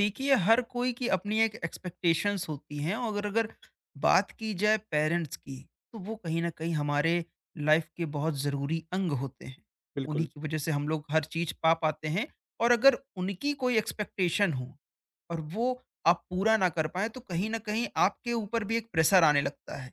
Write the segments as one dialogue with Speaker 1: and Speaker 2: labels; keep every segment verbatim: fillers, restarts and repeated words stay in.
Speaker 1: देखिए हर कोई की अपनी एक एक्सपेक्टेशंस होती हैं। और अगर अगर बात की जाए पेरेंट्स की, तो वो कहीं ना कहीं हमारे लाइफ के बहुत ज़रूरी अंग होते हैं। उन्हीं
Speaker 2: बिल्कुल,
Speaker 1: की वजह से हम लोग हर चीज़ पा पाते हैं। और अगर उनकी कोई एक्सपेक्टेशन हो और वो आप पूरा ना कर पाए, तो कहीं ना कहीं आपके ऊपर भी एक प्रेशर आने लगता है।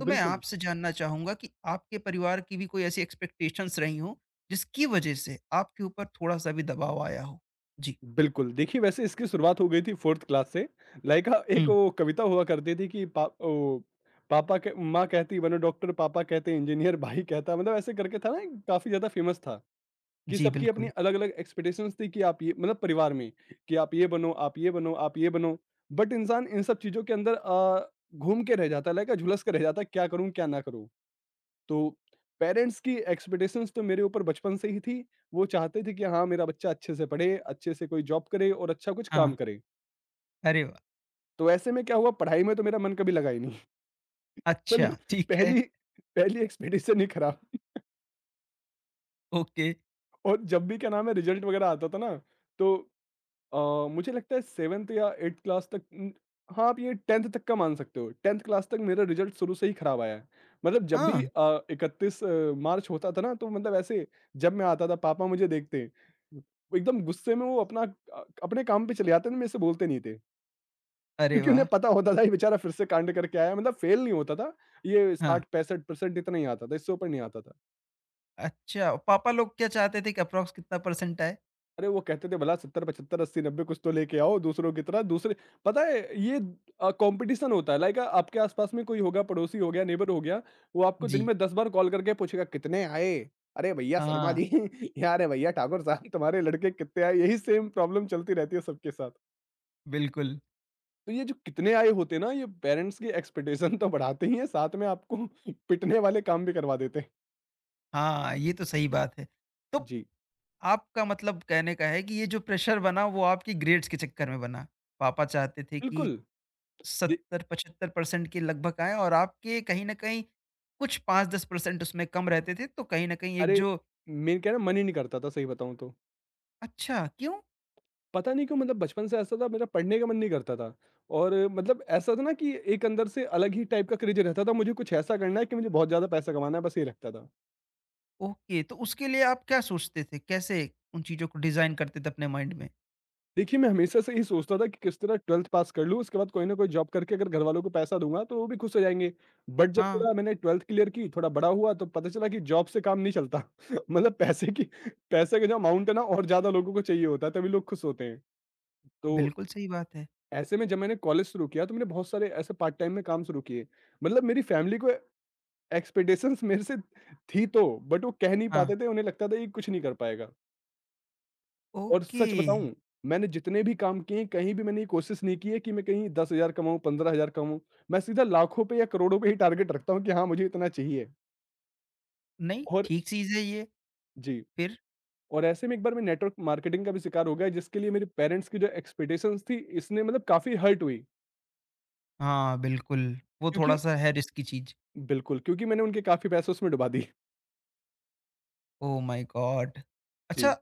Speaker 1: तो मैं
Speaker 2: बिल्कुल,
Speaker 1: आपसे जानना चाहूँगा कि आपके परिवार की भी कोई ऐसी एक्सपेक्टेशंस रही हो, जिसकी वजह से आपके ऊपर थोड़ा सा भी दबाव आया हो। जी।
Speaker 2: बिल्कुल। देखिए वैसे इसकी शुरुआत हो गई थी चौथी क्लास से। लाइक अ, एक
Speaker 1: हम्म।
Speaker 2: वो कविता हुआ करती थी कि पा ओ पापा क माँ कहती बनो डॉक्टर, पापा कहते इंजीनियर, भाई कहता मतलब ऐसे करके था ना काफ़ी ज़्यादा फेमस था कि
Speaker 1: जी,
Speaker 2: सबकी अपनी
Speaker 1: बिल्कुल।
Speaker 2: अलग-अलग एक्सपेक्टेशंस थी कि आप ये मतलब परिवार में कि आप ये बनो, आप ये बनो, आप ये बनो। बट इंसान इन सब चीज़ों के अंदर अ, घूम के रह जाता है, लाइक अ, झुलस के रह जाता है क्या करूँ, क्या ना करूँ? तो पेरेंट्स की एक्सपेक्टेशंस तो मेरे ऊपर बचपन से ही थी। वो चाहते थे कि हाँ, मेरा बच्चा अच्छे से पढ़े, अच्छे से कोई जॉब करे और अच्छा कुछ
Speaker 1: हाँ।
Speaker 2: काम करे।
Speaker 1: अरे वाह!
Speaker 2: तो ऐसे में क्या हुआ पढ़ाई में तो मेरा मन कभी लगा ही नहीं।
Speaker 1: अच्छा,
Speaker 2: मतलब
Speaker 1: ठीक है।
Speaker 2: पहली पहली एक्सपेक्टेशन ही खराब।
Speaker 1: ओके।
Speaker 2: और जब भी क्या नाम है रिजल्ट वगैरह आता था ना, तो अ, मुझे लगता है सातवीं या आठवीं क्लास तक उम, हाँ, आप ये दसवीं तक का मान सकते हो। दसवीं क्लास तक मेरा रिज़ल्ट शुरू से ही खराब आया है। मतलब जब
Speaker 1: हाँ।
Speaker 2: भी अ, इकतीस मार्च होता था ना, तो मतलब ऐसे जब मैं आता था, पापा मुझे देखते, वो एकदम गुस्से में वो अपना अ, अपने काम पे चले जाते थे, मेरे से बोलते नहीं थे।
Speaker 1: अरे
Speaker 2: क्योंकि
Speaker 1: वाह!
Speaker 2: उन्हें पता होता था, ये बेचारा फिर से कांड करके आया है। मतलब फेल नहीं होता था, ये
Speaker 1: हाँ।
Speaker 2: साठ पैंसठ परसेंट इतना ही आता था, इससे ऊपर नहीं आता था।
Speaker 1: अच्छा, पापा लोग क्या चाहते थे कि अप्रॉक्स कितना परसेंट आए?
Speaker 2: अरे वो कहते थे भला सत्तर, पचहत्तर, अस्सी, नब्बे कुछ तो लेके आओ दूसरों की तरह। दूसरे पता है ये अ, कंपटीशन होता है लाइक आपके आसपास में कोई होगा, पड़ोसी हो गया, नेबर हो गया, वो आपको दिन
Speaker 1: जी।
Speaker 2: में दस बार कॉल करके पूछेगा कितने आए। अरे भैया शर्मा
Speaker 1: हाँ,
Speaker 2: जी या अरे भैया ठाकुर साहब तुम्हारे लड़के कितने आए, यही सेम प्रॉब्लम चलती रहती है सबके साथ।
Speaker 1: बिल्कुल।
Speaker 2: तो ये जो कितने आए होते हैं ना, ये पेरेंट्स की एक्सपेक्टेशन तो बढ़ाते ही है, साथ में आपको पिटने वाले काम भी करवा देते हैं।
Speaker 1: हाँ, ये तो सही बात है। तो
Speaker 2: जी
Speaker 1: आपका मतलब कहने का है कि ये जो प्रेशर बना, वो आपकी ग्रेड्स के चक्कर में बना। पापा चाहते थे कि
Speaker 2: बिल्कुल। जी,
Speaker 1: सत्तर पचहत्तर परसेंट के लगभग आएँ और आपके कहीं न कहीं कुछ पाँच दस परसेंट उसमें कम रहते थे, तो कहीं न कहीं एक
Speaker 2: अरे
Speaker 1: जो।
Speaker 2: मेरे क्या ना मन ही नहीं करता था सही बताऊं तो।
Speaker 1: अच्छा, क्यों?
Speaker 2: पता नहीं क्यों, मतलब बचपन से ऐसा था मेरा पढ़ने का मन नहीं करता था। और मतलब ऐसा था ना कि एक अंदर से अलग ही टाइप का क्रेज रहता था, मुझे कुछ ऐसा करना है कि मुझे बहुत ज़्यादा पैसा कमाना है, बस ये रखता था।
Speaker 1: ओके, तो उसके लिए आप क्या सोचते थे? कैसे उन चीज़ों को डिज़ाइन करते थे अपने माइंड में?
Speaker 2: देखिए मैं हमेशा से ही सोचता था कि किस तरह बारहवीं पास कर लूँ, उसके बाद कोई ना कोई जॉब करके अगर घर वालों को पैसा दूँगा तो वो भी खुश हो जाएँगे। बट जब
Speaker 1: हाँ,
Speaker 2: थोड़ा मैंने बारहवीं क्लियर की, थोड़ा बड़ा हुआ, तो पता चला कि जॉब से काम नहीं चलता। मतलब पैसे की पैसे का जो अमाउंट है ना, और ज़्यादा लोगों को चाहिए होता है तभी लोग खुश होते हैं। तो
Speaker 1: बिल्कुल सही बात है।
Speaker 2: ऐसे में जब मैंने कॉलेज शुरू किया तो मैंने बहुत सारे ऐसे पार्ट टाइम में काम शुरू किए। मतलब मेरी फैमिली को एक्सपेक्टेशंस मेरे से थी तो, बट वो कह नहीं
Speaker 1: हाँ,
Speaker 2: पाते थे, उन्हें लगता था ये कुछ नहीं कर पाएगा। और
Speaker 1: ओके।
Speaker 2: सच बताऊँ, मैंने जितने भी काम किए हैं, कहीं भी मैंने ये कोशिश नहीं की है कि मैं कहीं दस हज़ार कमाऊँ, पंद्रह हज़ार कमाऊँ। मैं सीधा लाखों पे या करोड़ों पे ही टारगेट रखता हूँ कि हाँ, मुझे इतना चाहिए।
Speaker 1: नहीं,
Speaker 2: और
Speaker 1: ठीक चीज़ है ये।
Speaker 2: जी,
Speaker 1: फिर?
Speaker 2: और ऐसे में एक बार मैं नेटवर्क मार्केटिंग का भी शिकार हो गया, जिसके लिए मेरे पेरेंट्स की जो एक्सपेक्टेशंस थी, इसने मतलब काफ़ी हर्ट हुई।
Speaker 1: हाँ, बिल्कुल। वो
Speaker 2: क्योंकि
Speaker 1: थोड़ा-सा है रिस्की चीज़।
Speaker 2: बिल्कुल, क्योंकि मैंने उनके काफ़ी पैसे उसमें डुबा दिए।
Speaker 1: Oh my God!
Speaker 2: जी,
Speaker 1: अच्छा,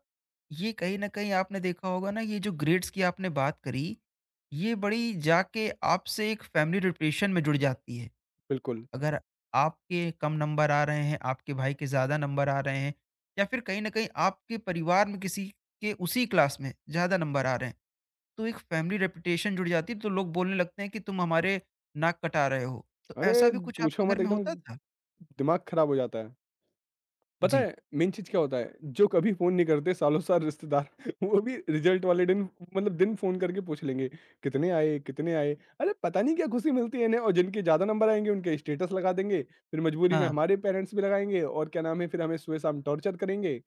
Speaker 1: ये कहीं न कहीं आपने देखा होगा ना, ये जो ग्रेड्स की आपने बात करी, ये बड़ी जाके आपसे एक फैमिली डिप्रेशन में जुड़ जाती है।
Speaker 2: बिल्कुल।
Speaker 1: अगर आपके कम नंबर आ रहे हैं, आपके भाई के ज़्यादा नंबर आ रहे हैं, या फिर कहीं न कहीं आपके परिवार में किसी के उसी क्लास में ज़्यादा नंबर आ रहे हैं, तो एक फैमिली रेपुटेशन जुड़ जाती है। तो लोग बोलने लगते हैं कि तुम हमारे नाक कटा रहे हो। तो ऐसा
Speaker 2: अरे!
Speaker 1: भी कुछ
Speaker 2: पूछो
Speaker 1: आपके घर
Speaker 2: मत,
Speaker 1: में
Speaker 2: एकदम
Speaker 1: होता था?
Speaker 2: दिमाग खराब हो जाता है। पता
Speaker 1: जी।
Speaker 2: है मेन चीज़ क्या होता है? जो कभी फ़ोन नहीं करते सालों-साल रिश्तेदार वो भी रिज़ल्ट वाले दिन मतलब दिन फ़ोन करके पूछ लेंगे, कितने आए, कितने आए? अरे पता नहीं क्या खुशी मिलती है इन्हें, और जिनके ज़्यादा नंबर आएँगे उनके स्टेटस लगा देंगे, फिर मजबूरी में
Speaker 1: हाँ,
Speaker 2: हमारे पेरेंट्स भी लगाएँगे और क्या नाम है फिर हमें सुबह-शाम टॉर्चर करेंगे।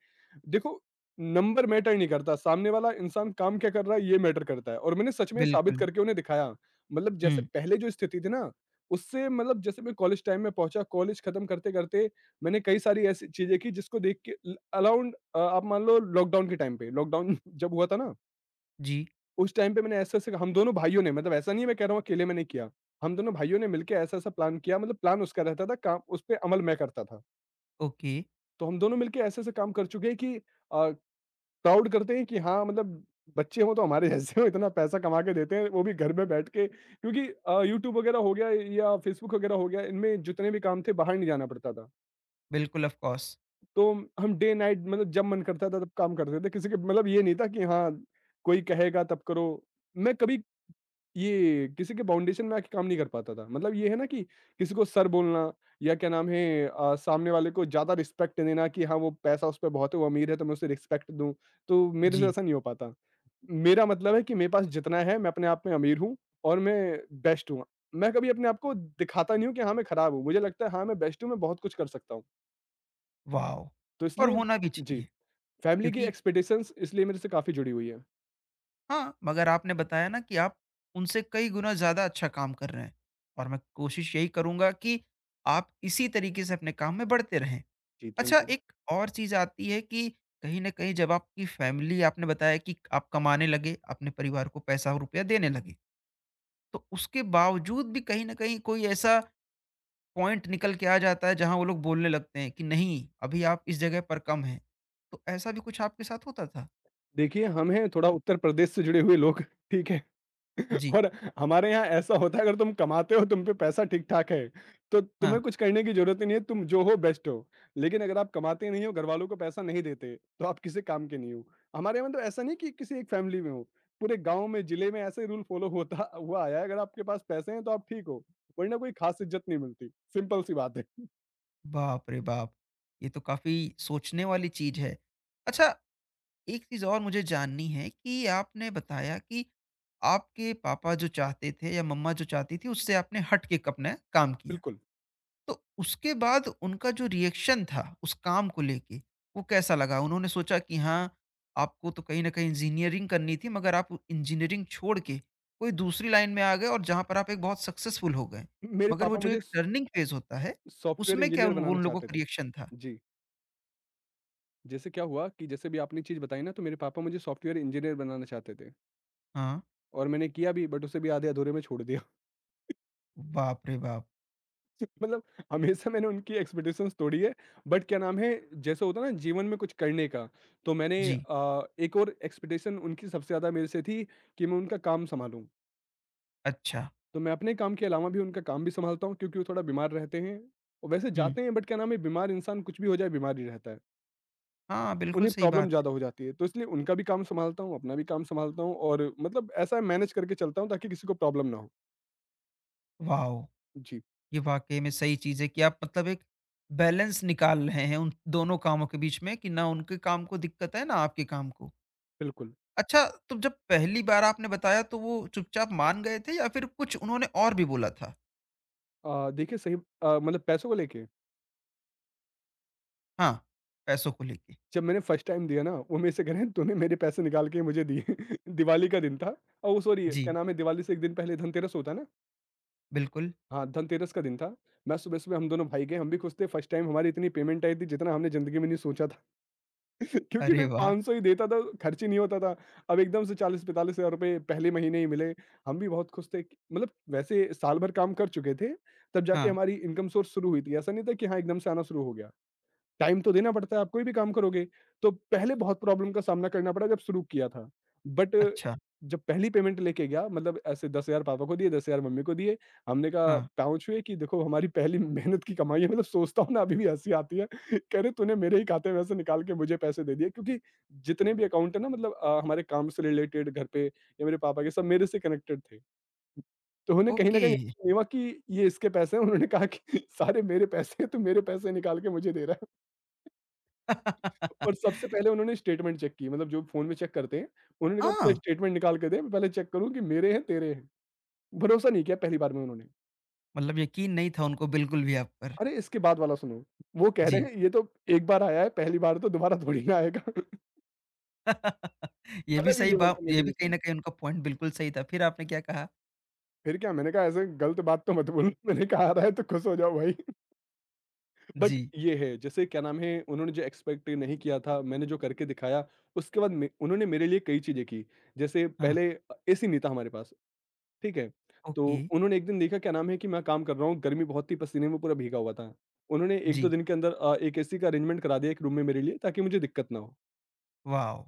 Speaker 2: देखो नंबर मैटर नहीं करता, सामने वाला इंसान काम क्या कर रहा है ये मैटर करता है, और मैंने सच में साबित
Speaker 1: बिल्कुल।
Speaker 2: करके उन्हें दिखाया। मतलब जैसे
Speaker 1: हुँ।
Speaker 2: पहले जो स्थिति थी ना, उससे मतलब जैसे मैं कॉलेज टाइम में पहुँचा, कॉलेज खत्म करते-करते मैंने कई सारी ऐसी चीज़ें की जिसको देख के ल अराउंड अ, आप मान लो लॉकडाउन के टाइम पे, लॉकडाउन जब हुआ था ना,
Speaker 1: जी।
Speaker 2: उस टाइम पे मैंने ऐसे-ऐसे, हम दोनों भाइयों ने, मतलब ऐसा नहीं है मैं कह रहा हूँ अकेले मैंने किया। हम दोनों भाइयों ने मिलके ऐसा-ऐसा प्लान किया, मतलब प्लान उसका रहता था, काम उस पे अमल मैं करता था।
Speaker 1: ओके।
Speaker 2: तो हम दोनों मिलके ऐसे-ऐसे काम कर चुके हैं कि अ, प्राउड करते हैं कि हाँ, मतलब बच्चे हों तो हमारे जैसे हों, इतना पैसा कमा के देते हैं, वो भी घर में बैठ के, क्योंकि अ, यूट्यूब वगैरह हो गया या फ़ेसबुक वगैरह हो गया, इनमें जितने भी काम थे बाहर नहीं जाना पड़ता था।
Speaker 1: बिल्कुल ऑफ़ कोर्स।
Speaker 2: तो हम डे नाइट, मतलब जब मन करता था तब काम करते थे। किसी के मतलब ये नहीं था कि हाँ, कोई कहेगा तब करो। मैं कभी ये किसी के फाउंडेशन में आके काम नहीं कर पाता था। मतलब ये है ना कि किसी को सर बोलना या क्या नाम है अ, सामने वाले को ज़्यादा रिस्पेक्ट देना कि हाँ, वो पैसा उस पे बहुत है, वो अमीर है तो मैं उसे रिस्पेक्ट दूँ। तो मेरे से
Speaker 1: जी।
Speaker 2: ऐसा नहीं हो पाता। मेरा मतलब है कि मेरे पास जितना है मैं अपने आप में अमीर हूँ और मैं बेस्ट हूँ। मैं कभी अपने आप को दिखाता नहीं हूँ कि हाँ, मैं खराब हूँ। मुझे लगता है हाँ, मैं बेस्ट हूँ, मैं बहुत कुछ कर सकता हूँ।
Speaker 1: वॉव!
Speaker 2: तो
Speaker 1: और
Speaker 2: इसलिए
Speaker 1: होना भी
Speaker 2: जी।
Speaker 1: चाहिए।
Speaker 2: फैमिली की
Speaker 1: क्योंकि
Speaker 2: एक्सपेक्टेशंस इसलिए मेरे से काफ़ी जुड़ी हुई है।
Speaker 1: हाँ, मगर आपने बताया ना कि आप उनसे कई गुना ज़्यादा अच्छा काम कर रहे हैं, और मैं कोशिश यही करूँगा कि आप इसी तरीके से अपने काम में बढ़ते रहें।
Speaker 2: जी,
Speaker 1: अच्छा,
Speaker 2: थैंक यू।
Speaker 1: एक और चीज़ आती है कि कहीं न कहीं जब आपकी फ़ैमिली, आपने बताया कि आप कमाने लगे, अपने परिवार को पैसा और रुपया देने लगे, तो उसके बावजूद भी कहीं न कहीं कोई ऐसा पॉइंट निकल के आ जाता है, जहाँ वो लोग बोलने लगते हैं कि नहीं, अभी आप इस जगह पर कम हैं। तो ऐसा भी कुछ आपके साथ होता था?
Speaker 2: देखिए, हम हैं थोड़ा उत्तर प्रदेश से जुड़े हुए लोग, ठीक है?
Speaker 1: जी।
Speaker 2: और हमारे यहाँ ऐसा होता है अगर तुम कमाते हो, तुम पे पैसा ठीक-ठाक है, तो
Speaker 1: हाँ।
Speaker 2: तुम्हें कुछ करने की ज़रूरत ही नहीं है, तुम जो हो बेस्ट हो। लेकिन अगर आप कमाते नहीं हो, घरवालों को पैसा नहीं देते, तो आप किसी काम के नहीं हो। हमारे यहाँ मतलब ऐसा नहीं कि किसी एक फैमिली में हो, पूरे गाँव में, जिले में ऐसे रूल फ़ॉलो होता हुआ आया है, अगर आपके पास पैसे हैं तो आप ठीक हो, वरना कोई ख़ास इज़्ज़त नहीं मिलती, सिंपल सी बात है।
Speaker 1: बाप रे बाप! ये तो काफ़ी सोचने वाली चीज़ है। अच्छा, एक चीज़ और मुझे जाननी है कि आपने बताया कि आपके पापा जो चाहते थे या मम्मा जो चाहती थी, उससे आपने हट के अपना काम किया।
Speaker 2: बिल्कुल।
Speaker 1: तो उसके बाद उनका जो रिएक्शन था उस काम को लेके, वो कैसा लगा? उन्होंने सोचा कि हाँ, आपको तो कहीं न कहीं इंजीनियरिंग करनी थी, मगर आप इंजीनियरिंग छोड़ के कोई दूसरी लाइन में आ गए और जहाँ पर आप एक बहुत सक्सेसफुल हो गए।
Speaker 2: मेरे
Speaker 1: मगर वो
Speaker 2: पापा
Speaker 1: जो
Speaker 2: मुझे
Speaker 1: एक टर्निंग फेज़ होता है,
Speaker 2: सॉफ्टवेयर
Speaker 1: उसमें क्या
Speaker 2: इंजीनियर
Speaker 1: उन
Speaker 2: बनाना
Speaker 1: उन लोगों
Speaker 2: चाहते
Speaker 1: का
Speaker 2: थे।
Speaker 1: रिएक्शन था?
Speaker 2: जी, जैसे क्या हुआ कि जैसे भी आपने चीज़ बताई ना, तो मेरे पापा मुझे सॉफ्टवेयर इंजीनियर बनाना चाहते थे,
Speaker 1: हाँ।
Speaker 2: और मैंने किया भी, बट उसे भी आधे अधूरे में छोड़ दिया।
Speaker 1: बाप रे बाप!
Speaker 2: मतलब हमेशा मैंने उनकी एक्सपेक्टेशंस तोड़ी है, बट क्या नाम है, जैसे होता है ना जीवन में कुछ करने का, तो मैंने
Speaker 1: जी।
Speaker 2: अ, एक और एक्सपेक्टेशन उनकी सबसे ज़्यादा मेरे से थी कि मैं उनका काम सँभालूँ।
Speaker 1: अच्छा।
Speaker 2: तो मैं अपने काम के अलावा भी उनका काम भी सँभालता हूँ क्योंकि वो थोड़ा बीमार रहते हैं। और वैसे
Speaker 1: हुँ।
Speaker 2: जाते हैं, बट क्या नाम है, बीमार इंसान कुछ भी हो जाए बीमार ही रहता है।
Speaker 1: हाँ, बिल्कुल
Speaker 2: उन्हें
Speaker 1: सही
Speaker 2: प्रॉब्लम
Speaker 1: बात है।
Speaker 2: ज़्यादा हो जाती है, तो इसलिए उनका भी काम सँभालता हूँ, अपना भी काम सँभालता हूँ, और मतलब ऐसा मैनेज करके चलता हूँ ताकि किसी को प्रॉब्लम ना हो।
Speaker 1: वॉव!
Speaker 2: जी,
Speaker 1: ये वाक़ई में सही चीज़ है कि आप मतलब एक बैलेंस निकाल रहे हैं उन दोनों कामों के बीच में कि ना उनके काम को दिक्कत है ना आपके काम को।
Speaker 2: बिल्कुल।
Speaker 1: अच्छा, तो जब पहली बार आपने बताया, तो वो चुपचाप मान गए थे या फिर कुछ उन्होंने और भी बोला था?
Speaker 2: अ, देखिए सही अ, मतलब पैसों को लेके
Speaker 1: हाँ, पैसों को लेके?
Speaker 2: जब मैंने फर्स्ट टाइम दिया ना, वो मेरे से कह रहे हैं तूने मेरे पैसे निकाल के मुझे दिए। दिवाली का दिन था। ओह सॉरी
Speaker 1: जी,
Speaker 2: क्या नाम है दिवाली से एक दिन पहले धनतेरस होता है ना?
Speaker 1: बिल्कुल।
Speaker 2: हाँ, धनतेरस का दिन था। मैं सुबह-सुबह हम दोनों भाई गए, हम भी खुश थे। फर्स्ट टाइम हमारी इतनी पेमेंट आई थी जितना हमने ज़िंदगी में नहीं सोचा था। क्योंकि
Speaker 1: अरे
Speaker 2: कोई
Speaker 1: वाह!
Speaker 2: पाँच सौ ही देता था, खर्च ही नहीं होता था। अब एकदम से चालीस पैंतालीस हज़ार रुपए पहले महीने ही मिले। हम भी बहुत खुश थे कि मतलब वैसे साल भर काम कर चुके थे, तब जाके
Speaker 1: हाँ।
Speaker 2: हमारी इनकम सोर्स शुरू हुई थी। ऐसा नहीं था कि हाँ, एकदम से आना शुरू हो गया। टाइम तो देना पड़ता है, आप कोई भी काम करोगे। तो पहले बहुत प्रॉब्लम का सामना करना पड़ा जब शुरू किया था। बट
Speaker 1: अच्छा।
Speaker 2: जब पहली पेमेंट लेके गया मतलब ऐसे दस हज़ार पापा को दिए, दस हज़ार मम्मी को दिए। हमने कहा
Speaker 1: हाँ।
Speaker 2: पाँव छुए कि देखो हमारी पहली मेहनत की कमाई है। मतलब सोचता हूँ ना अभी भी हँसी आती है। कह रहे तूने मेरे ही खाते में से निकाल के मुझे पैसे दे दिए क्योंकि जितने भी अकाउंट है ना मतलब अ, हमारे काम से रिलेटेड घर पे या मेरे पापा के सब मेरे से कनेक्टेड थे। तो उन्हें कहीं न
Speaker 1: ओके।
Speaker 2: कहीं ये हुआ कि ये इसके पैसे हैं। उन्होंने कहा कि सारे मेरे पैसे हैं, तू मेरे पैसे निकाल के मुझे दे रहा है। और सबसे पहले उन्होंने स्टेटमेंट चेक की मतलब जो फ़ोन में चेक करते हैं, उन्होंने कहा पूरा
Speaker 1: हाँ,
Speaker 2: स्टेटमेंट निकाल के दे मैं पहले चेक करूँ कि मेरे हैं तेरे हैं। भरोसा नहीं किया पहली बार में उन्होंने।
Speaker 1: मतलब यकीन नहीं था उनको बिल्कुल भी आप पर।
Speaker 2: अरे इसके बाद वाला सुनो, वो कह रहे
Speaker 1: जी।
Speaker 2: हैं ये तो एक बार आया है पहली बार तो दोबारा थोड़ी ना आएगा।
Speaker 1: ये भी
Speaker 2: अलग ही
Speaker 1: सही बा,
Speaker 2: लेवल का
Speaker 1: ये भी कहीं न
Speaker 2: मोटिवेशन।
Speaker 1: कहीं उनका पॉइंट बिल्कुल सही था। फिर आपने क्या कहा?
Speaker 2: फिर क्या मैंने कहा ऐसे गलत बात तो मत बोलो। मैंने कहा आ रहा है तो खुश हो जाओ भाई। बट
Speaker 1: जी।
Speaker 2: ये है जैसे क्या नाम है उन्होंने जो एक्सपेक्ट नहीं किया था मैंने जो करके दिखाया उसके बाद मे उन्होंने मेरे लिए कई चीज़ें की। जैसे
Speaker 1: हाँ।
Speaker 2: पहले अ, एसी नहीं था हमारे पास। ठीक है? तो
Speaker 1: ओके।
Speaker 2: उन्होंने एक दिन देखा क्या नाम है कि मैं काम कर रहा हूँ, गर्मी बहुत थी, पसीने में पूरा भीगा हुआ था। उन्होंने एक-दो
Speaker 1: जी।
Speaker 2: दिन के अंदर अ, एक एसी का अरेंजमेंट करा दिया एक रूम में मेरे लिए ताकि मुझे दिक्कत ना हो।
Speaker 1: वाओ!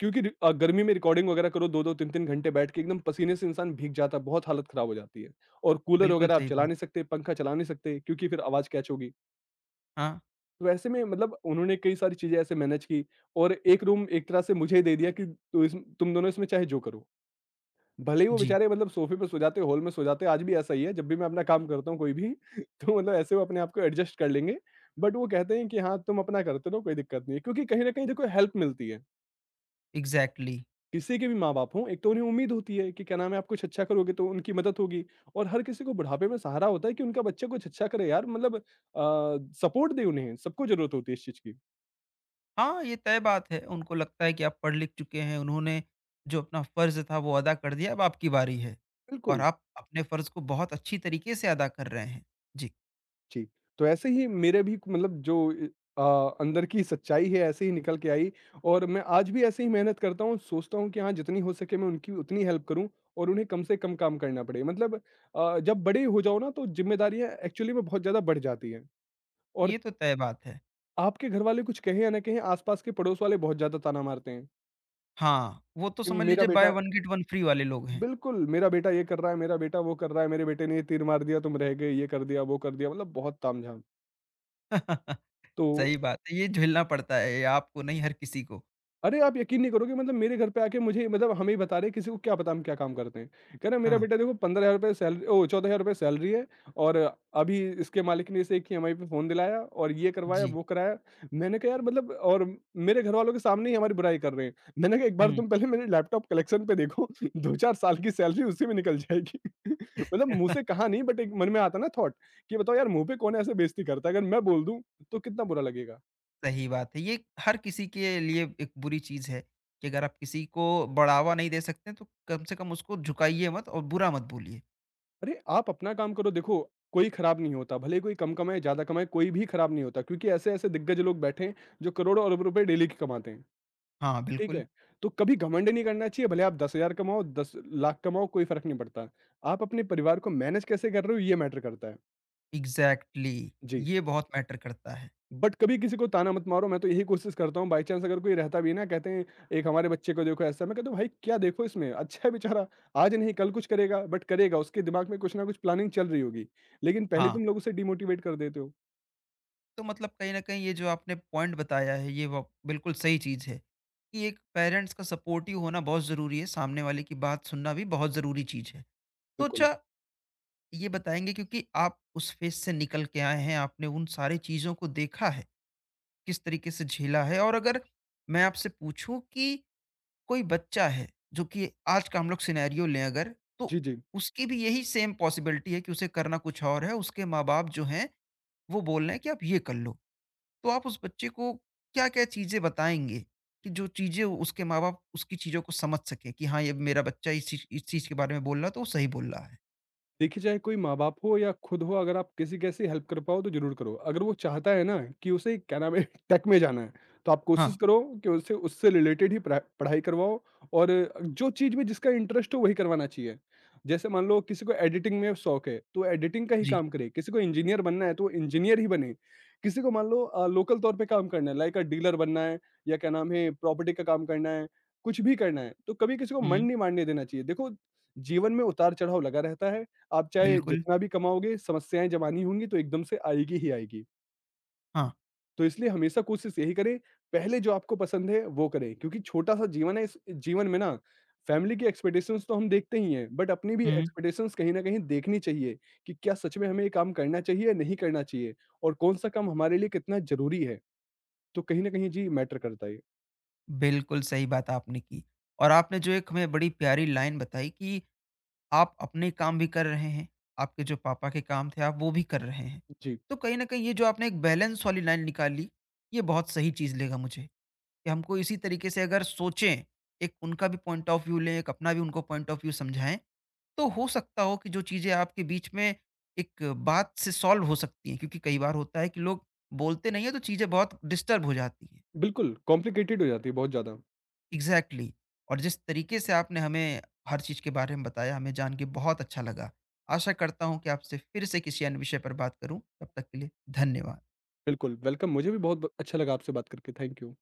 Speaker 2: क्योंकि रि अ, गर्मी में रिकॉर्डिंग वगैरह करो दो-दो तीन-तीन घंटे बैठ के एकदम पसीने से इंसान भीग जाता है, बहुत हालत खराब हो जाती है। और कूलर
Speaker 1: बिल्कुल
Speaker 2: वगैरह आप
Speaker 1: सही
Speaker 2: चला
Speaker 1: बात।
Speaker 2: नहीं सकते, पंखा चला नहीं सकते क्योंकि फिर आवाज़ कैच होगी।
Speaker 1: हाँ।
Speaker 2: तो ऐसे में मतलब उन्होंने कई सारी चीज़ें ऐसे मैनेज की और एक रूम एक तरह से मुझे ही दे दिया कि तो इस तुम दोनों इसमें चाहे जो करो। भले ही वो
Speaker 1: जी।
Speaker 2: बेचारे मतलब सोफ़े पे सो जाते, हॉल में सो जाते, आज भी ऐसा ही है, जब भी मैं अपना काम करता हूँ कोई भी तो मतलब ऐसे वो अपने आप को एडजस्ट कर लेंगे। बट वो कहते हैं कि हाँ, तुम अपना करते रहो, कोई दिक्कत नहीं है, क्योंकि कहीं न कहीं देखो हेल्प मिलती है,
Speaker 1: इग्ज़ैक्टली।
Speaker 2: किसी के भी माँ-बाप हों, एक तो उन्हें उम्मीद होती है कि क्या नाम है, आप कुछ अच्छा करोगे तो उनकी मदद होगी और हर किसी को बुढ़ापे में सहारा होता है कि उनका बच्चा कुछ अच्छा करे यार मतलब अ, सपोर्ट दें उन्हें, सबको ज़रूरत होती है इस चीज़ की।
Speaker 1: हाँ, ये तय बात है, उनको लगता है कि आप पढ़ लिख चुके हैं, उन्होंने जो अपना फ़र्ज़ था वो अदा कर दिया, अब आपकी बारी है। और
Speaker 2: बिल्कुल।
Speaker 1: आप अपने फ़र्ज़ को बहुत अच्छी तरीके से अदा कर रहे हैं। जी।
Speaker 2: जी, तो ऐसे ही मेरे भी मतलब जो अ अ, अंदर की सच्चाई है ऐसे ही निकल के आई और मैं आज भी ऐसे ही मेहनत करता हूँ, सोचता हूँ कि हाँ, जितनी हो सके मैं उनकी उतनी हेल्प करूँ और उन्हें कम से कम काम करना पड़े। मतलब अ, जब बड़े हो जाओ ना तो ज़िम्मेदारियाँ एक्चुअली में बहुत ज़्यादा बढ़ जाती हैं और
Speaker 1: ये तो तय बात है।
Speaker 2: आपके घरवाले कुछ कहें या ना कहें, आस-पास के पड़ोस वाले बहुत ज़्यादा ताना मारते हैं
Speaker 1: हाँ, वो तो
Speaker 2: कि
Speaker 1: समझ
Speaker 2: मेरा
Speaker 1: लीजिए बाय
Speaker 2: बेटा
Speaker 1: वन गेट वन फ्री वाले लोग हैं।
Speaker 2: बिल्कुल, मेरा बेटा ये कर रहा है, मेरा बेटा वो कर रहा है, मेरे बेटे ने ये तीर मार दिया, तुम रह गए, ये कर दिया, वो कर दिया, मतलब बहुत तामझाम। तो
Speaker 1: सही बात है, ये झेलना पड़ता है, ये आपको नहीं हर किसी को।
Speaker 2: अरे! आप यकीन नहीं करोगे मतलब मेरे घर पे आके मुझे मतलब हमें ही बता रहे हैं, किसी को क्या पता हम क्या काम करते हैं। कह रहे हैं मेरा
Speaker 1: हाँ।
Speaker 2: बेटा देखो ₹पंद्रह हज़ार रुपए सैलरी ओह! ₹चौदह हज़ार रुपए सैलरी है और अभी इसके मालिक ने इसे एक ईएमआई पे फ़ोन दिलाया और ये करवाया,
Speaker 1: जी।
Speaker 2: वो कराया। मैंने कहा यार मतलब और मेरे घरवालों के सामने ही हमारी बुराई कर रहे हैं। मैंने कहा एक बार
Speaker 1: हुँ।
Speaker 2: तुम पहले मेरे लैपटॉप कलेक्शन पे देखो दो-चार साल की सैलरी उसी में निकल जाएगी। मतलब मुँह से कहा नहीं बट एक मन में आता ना थॉट कि बताओ यार मुँह पे कौन ऐसे बेइज़्ज़ती करता है? अगर मैं बोल दूँ तो कितना बुरा लगेगा।
Speaker 1: सही बात है। ये हर किसी के लिए एक बुरी चीज़ है कि अगर आप किसी को बढ़ावा नहीं दे सकते हैं, तो कम से कम उसको झुकाइए मत और बुरा मत बोलिए।
Speaker 2: अरे! आप अपना काम करो देखो, कोई खराब नहीं होता, भले कोई कम कमाए, ज़्यादा कमाए, कोई भी खराब नहीं होता क्योंकि ऐसे-ऐसे दिग्गज लोग बैठे हैं, जो करोड़ों अरब रुपए डेली के कमाते हैं,
Speaker 1: हाँ,
Speaker 2: ठीक
Speaker 1: बिल्कुल।
Speaker 2: है? तो कभी घमंड नहीं करना चाहिए, भले आप दस हज़ार कमाओ, दस लाख कमाओ, कोई फ़र्क नहीं पड़ता। आप अपने परिवार को मैनेज कैसे कर रहे हो, ये मैटर करता है।
Speaker 1: एग्ज़ैक्टली,
Speaker 2: जी।
Speaker 1: ये बहुत मैटर करता है।
Speaker 2: बट कभी किसी को ताना मत मारो, मैं तो यही कोशिश करता हूँ बाई चांस अगर कोई रहता भी है ना कहते हैं एक हमारे बच्चे को देखो ऐसा, मैं कहता हूँ भाई क्या देखो इसमें? अच्छा है बेचारा, आज नहीं कल कुछ करेगा बट करेगा, उसके दिमाग में कुछ ना कुछ प्लानिंग चल रही होगी। लेकिन पहले
Speaker 1: हाँ,
Speaker 2: तुम लोग उसे डिमोटिवेट कर देते हो।
Speaker 1: तो मतलब कहीं न कहीं ये जो आपने पॉइंट बताया है, ये व बिल्कुल सही चीज़ है कि एक पेरेंट्स का सपोर्टिव होना बहुत ज़रूरी है, सामने वाले की बात सुनना भी बहुत ज़रूरी चीज़ है। तो अच्छा,
Speaker 2: बिल्कुल।
Speaker 1: ये बताएँगे क्योंकि आप उस फ़ेज़ से निकल के आए हैं, आपने उन सारी चीज़ों को देखा है। किस तरीके से झेला है और अगर मैं आपसे पूछूं कि कोई बच्चा है जो कि आज का हम लोग सिनेरियो लें अगर, तो
Speaker 2: जी, जी।
Speaker 1: उसकी भी यही सेम पॉसिबिलिटी है कि उसे करना कुछ और है, उसके माँ बाप जो हैं वो बोल रहे हैं कि आप ये कर लो, तो आप उस बच्चे को क्या क्या चीज़ें बताएंगे, कि जो चीज़ें उसके माँ बाप उसकी चीज़ों को समझ सके कि हाँ, ये मेरा बच्चा इस चीज इस चीज़ के बारे में बोल रहा है, तो वो सही बोल रहा है।
Speaker 2: देखिए, चाहे कोई माँ-बाप हो या खुद हो, अगर आप किसी कैसे हेल्प कर पाओ तो ज़रूर करो। अगर वो चाहता है ना कि उसे क्या नाम है टेक में जाना है, तो आप कोशिश
Speaker 1: हाँ।
Speaker 2: करो कि उसे उससे रिलेटेड ही पढ़ा पढ़ाई करवाओ और जो चीज़ में जिसका इंटरेस्ट हो वही करवाना चाहिए। जैसे मान लो किसी को एडिटिंग में शौक है, तो एडिटिंग का ही
Speaker 1: जी।
Speaker 2: काम करे, किसी को इंजीनियर बनना है तो इंजीनियर ही बने, किसी को मान लो अ, लोकल तौर पे काम करना है लाइक अ डीलर बनना है या क्या नाम है प्रॉपर्टी का काम करना है, कुछ भी करना है, तो कभी किसी को मन
Speaker 1: हम्म।
Speaker 2: नहीं मारने देना चाहिए। देखो, जीवन में उतार-चढ़ाव लगा रहता है। आप चाहे
Speaker 1: बिल्कुल।
Speaker 2: जितना भी कमाओगे, समस्याएँ जब आनी होंगी तो एकदम से आएगी ही आएगी।
Speaker 1: हाँ,
Speaker 2: तो इसलिए हमेशा कोशिश यही करें, पहले जो आपको पसंद है वो करें क्योंकि छोटा-सा जीवन है, इस जीवन में ना फैमिली की एक्सपेक्टेशंस तो हम देखते ही हैं, बट अपनी भी एक्सपेक्टेशंस कहीं न कहीं देखनी चाहिए कि क्या सच में हमें ये काम करना चाहिए या नहीं करना चाहिए और कौन-सा काम हमारे लिए कितना ज़रूरी है। तो कहीं न कहीं जी मैटर करता है ये।
Speaker 1: बिल्कुल सही बात आपने की। और आपने जो एक हमें बड़ी प्यारी लाइन बताई कि आप अपने काम भी कर रहे हैं, आपके जो पापा के काम थे आप वो भी कर रहे हैं।
Speaker 2: जी,
Speaker 1: तो कहीं न कहीं ये जो आपने एक बैलेंस वाली लाइन निकाली, ये बहुत सही चीज़ लगा मुझे कि हमको इसी तरीके से अगर सोचें, एक उनका भी पॉइंट ऑफ व्यू लें, एक अपना भी उनको पॉइंट ऑफ व्यू समझाएँ, तो हो सकता हो कि जो चीज़ें आपके बीच में एक बात से सॉल्व हो सकती हैं। क्योंकि कई बार होता है कि लोग बोलते नहीं हैं, तो चीज़ें बहुत डिस्टर्ब हो जाती हैं।
Speaker 2: बिल्कुल कॉम्प्लिकेटेड हो जाती है बहुत ज़्यादा।
Speaker 1: Exactly exactly। और जिस तरीके से आपने हमें हर चीज़ के बारे में बताया, हमें जान के बहुत अच्छा लगा। आशा करता हूँ कि आपसे फिर से किसी अन्य विषय पर बात करूँ। तब तक के लिए धन्यवाद।
Speaker 2: बिल्कुल, वेलकम मुझे भी बहुत ब अच्छा लगा आपसे बात करके। Thank you.